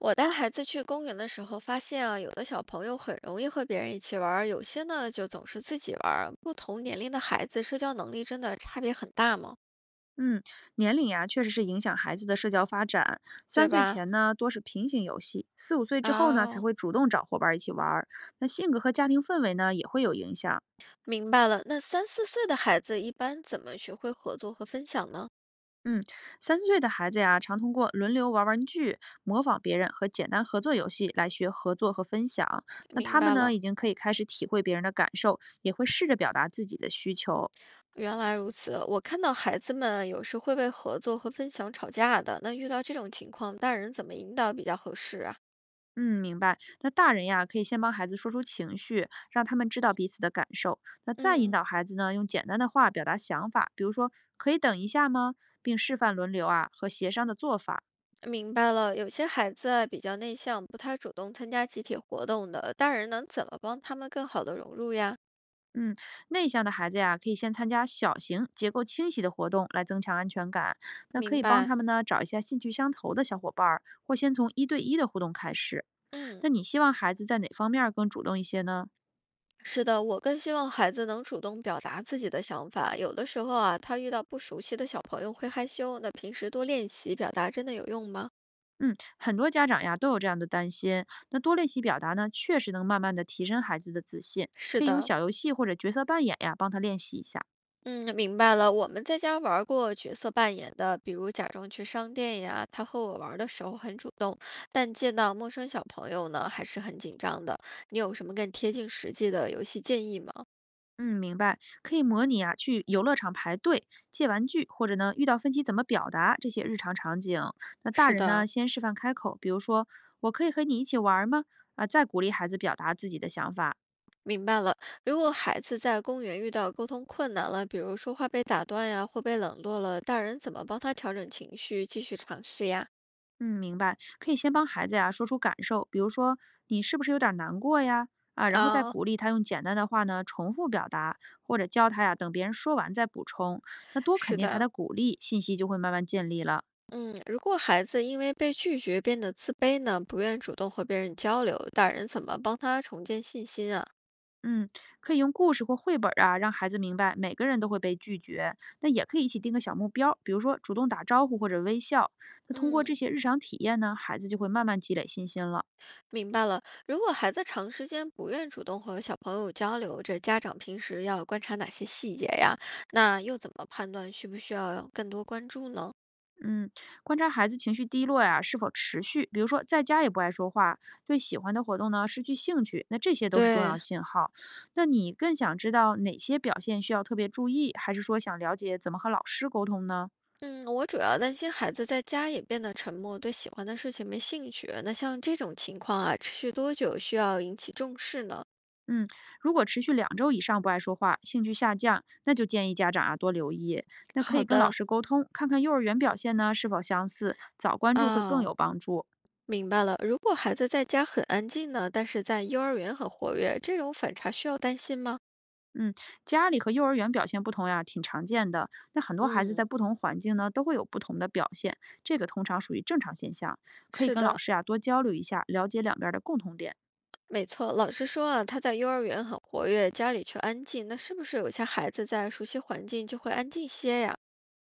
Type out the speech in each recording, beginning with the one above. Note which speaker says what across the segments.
Speaker 1: 我带孩子去公园的时候，发现啊，有的小朋友很容易和别人一起玩儿，有些呢就总是自己玩儿。不同年龄的孩子，社交能力真的差别很大吗？
Speaker 2: 嗯，年龄呀，确实是影响孩子的社交发展。三
Speaker 1: 对
Speaker 2: 岁
Speaker 1: 吧？
Speaker 2: 前呢，多是平行游戏；四五岁之后呢，才
Speaker 1: 哦，
Speaker 2: 会主动找伙伴儿一起玩儿。那性格和家庭氛围呢，也会有影响。
Speaker 1: 明白了。那三四岁的孩子一般怎么学会合作和分享呢？
Speaker 2: 嗯，三四岁的孩子呀，常通过轮流玩玩具、模仿别人和简单合作游戏来学合作和分享。那
Speaker 1: 明
Speaker 2: 他们
Speaker 1: 白
Speaker 2: 呢，已
Speaker 1: 了，
Speaker 2: 经可以开始体会别人的感受，也会试着表达自己的需求。
Speaker 1: 原来如此。我看到孩子们有时会为合作和分享吵架的，那遇到这种情况，大人怎么引导比较合适啊？
Speaker 2: 嗯，明白。那大人呀，可以先帮孩子说出情绪，让他们知道彼此的感受。那再引
Speaker 1: 嗯。
Speaker 2: 导孩子呢，用简单的话表达想法，比如说“可以等一下吗”，并示范轮流啊和协商的做法。
Speaker 1: 明白了，有些孩子啊比较内向，不太主动参加集体活动的，大人能怎么帮他们更好的融入呀？
Speaker 2: 嗯，内向的孩子呀，可以先参加小型、结构清晰的活动来增强安全感。那可
Speaker 1: 明
Speaker 2: 以帮
Speaker 1: 白，
Speaker 2: 他们呢找一下兴趣相投的小伙伴儿，或先从一对一的互动开始。
Speaker 1: 嗯，
Speaker 2: 那你希望孩子在哪方面儿更主动一些呢？
Speaker 1: 是的，我更希望孩子能主动表达自己的想法。有的时候啊，他遇到不熟悉的小朋友会害羞，那平时多练习表达真的有用吗？
Speaker 2: 嗯，很多家长呀都有这样的担心。那多练习表达呢，确实能慢慢的提升孩子的自信。
Speaker 1: 是
Speaker 2: 可以用
Speaker 1: 的，
Speaker 2: 小游戏或者角色扮演呀，帮他练习一下。
Speaker 1: 嗯，明白了。我们在家玩儿过角色扮演的，比如假装去商店呀，他和我玩儿的时候很主动，但见到陌生小朋友呢，还是很紧张的。你有什么更贴近实际的游戏建议吗？
Speaker 2: 嗯，明白。可以模拟啊，去游乐场排队借玩具，或者呢遇到分歧怎么表达这些日常场景。那大
Speaker 1: 是
Speaker 2: 人呢
Speaker 1: 的，
Speaker 2: 先示范开口，比如说我可以和你一起玩儿吗？啊，再鼓励孩子表达自己的想法。
Speaker 1: 明白了。如果孩子在公园遇到沟通困难了，比如说话被打断呀，或被冷落了，大人怎么帮他调整情绪，继续尝试呀？
Speaker 2: 嗯，明白，可以先帮孩子呀说出感受，比如说你是不是有点儿难过呀？啊，然后再
Speaker 1: 啊、
Speaker 2: 鼓励他用简单的话呢重复表达，或者教他呀等别人说完再补充。那多肯
Speaker 1: 是
Speaker 2: 定他
Speaker 1: 的。
Speaker 2: 的鼓励，信息就会慢慢建立了。
Speaker 1: 嗯，如果孩子因为被拒绝变得自卑呢，不愿主动和别人交流，大人怎么帮他重建信心啊？
Speaker 2: 嗯，可以用故事或绘本儿啊，让孩子明白每个人都会被拒绝。那也可以一起定个小目标，比如说主动打招呼或者微笑。那通过这
Speaker 1: 嗯，
Speaker 2: 些日常体验呢，孩子就会慢慢积累信心了。
Speaker 1: 明白了。如果孩子长时间不愿主动和小朋友交流，这家长平时要观察哪些细节呀？那又怎么判断需不需要更多关注呢？
Speaker 2: 嗯，观察孩子情绪低落呀，是否持续，比如说在家也不爱说话，对喜欢的活动呢失去兴趣，那这些都是重要
Speaker 1: 对，
Speaker 2: 信号。那你更想知道哪些表现需要特别注意，还是说想了解怎么和老师沟通呢？
Speaker 1: 嗯，我主要担心孩子在家也变得沉默，对喜欢的事情没兴趣。那像这种情况啊，持续多久需要引起重视呢？
Speaker 2: 嗯，如果持续两周以上不爱说话，兴趣下降，那就建议家长啊多留意，那可
Speaker 1: 好
Speaker 2: 以跟老
Speaker 1: 的，
Speaker 2: 师沟通，看看幼儿园表现呢是否相似，早关注会更
Speaker 1: 啊、
Speaker 2: 有帮助。
Speaker 1: 明白了，如果孩子在家很安静呢，但是在幼儿园很活跃，这种反差需要担心吗？
Speaker 2: 嗯，家里和幼儿园表现不同呀，挺常见的。那很多孩子在
Speaker 1: 嗯，
Speaker 2: 不同环境呢，都会有不同的表现，这个通常属于正常现象。可以
Speaker 1: 是
Speaker 2: 跟老
Speaker 1: 的，
Speaker 2: 师呀多交流一下，了解两边儿的共同点。
Speaker 1: 没错，老师说啊，他在幼儿园很活跃，家里却安静，那是不是有些孩子在熟悉环境就会安静些呀？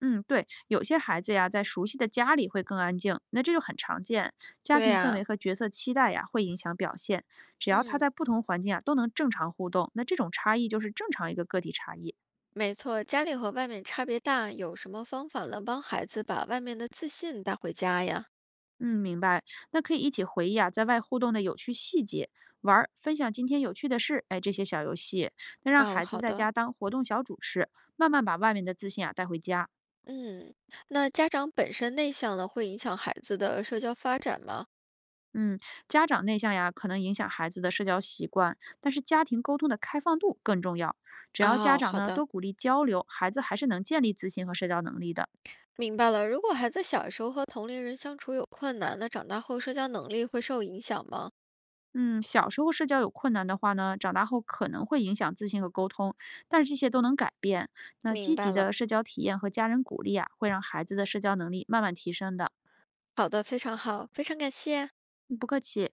Speaker 2: 嗯，对，有些孩子呀，在熟悉的家里会更安静，那这就很常见。家
Speaker 1: 对
Speaker 2: 庭氛围
Speaker 1: 呀，
Speaker 2: 和角色期待呀，会影响表现。只要他
Speaker 1: 嗯。
Speaker 2: 在不同环境啊，都能正常互动，那这种差异就是正常一个个体差异。
Speaker 1: 没错，家里和外面差别大，有什么方法能帮孩子把外面的自信带回家呀？
Speaker 2: 嗯，明白。那可以一起回忆啊，在外互动的有趣细节，玩儿分享今天有趣的事，哎，这些小游戏，那让
Speaker 1: 哦，
Speaker 2: 孩子
Speaker 1: 好
Speaker 2: 在
Speaker 1: 的，
Speaker 2: 家当活动小主持，慢慢把外面的自信啊带回家。
Speaker 1: 嗯，那家长本身内向呢，会影响孩子的社交发展吗？
Speaker 2: 嗯，家长内向呀，可能影响孩子的社交习惯，但是家庭沟通的开放度更重要。只要家
Speaker 1: 哦，
Speaker 2: 长
Speaker 1: 好
Speaker 2: 呢
Speaker 1: 的。
Speaker 2: 多鼓励交流，孩子还是能建立自信和社交能力的。
Speaker 1: 明白了，如果孩子小时候和同龄人相处有困难，那长大后社交能力会受影响吗？
Speaker 2: 嗯，小时候社交有困难的话呢，长大后可能会影响自信和沟通，但是这些都能改变。那
Speaker 1: 明
Speaker 2: 积极
Speaker 1: 白了，
Speaker 2: 的社交体验和家人鼓励啊，会让孩子的社交能力慢慢提升的。
Speaker 1: 好的，非常好，非常感谢。
Speaker 2: 嗯不客气。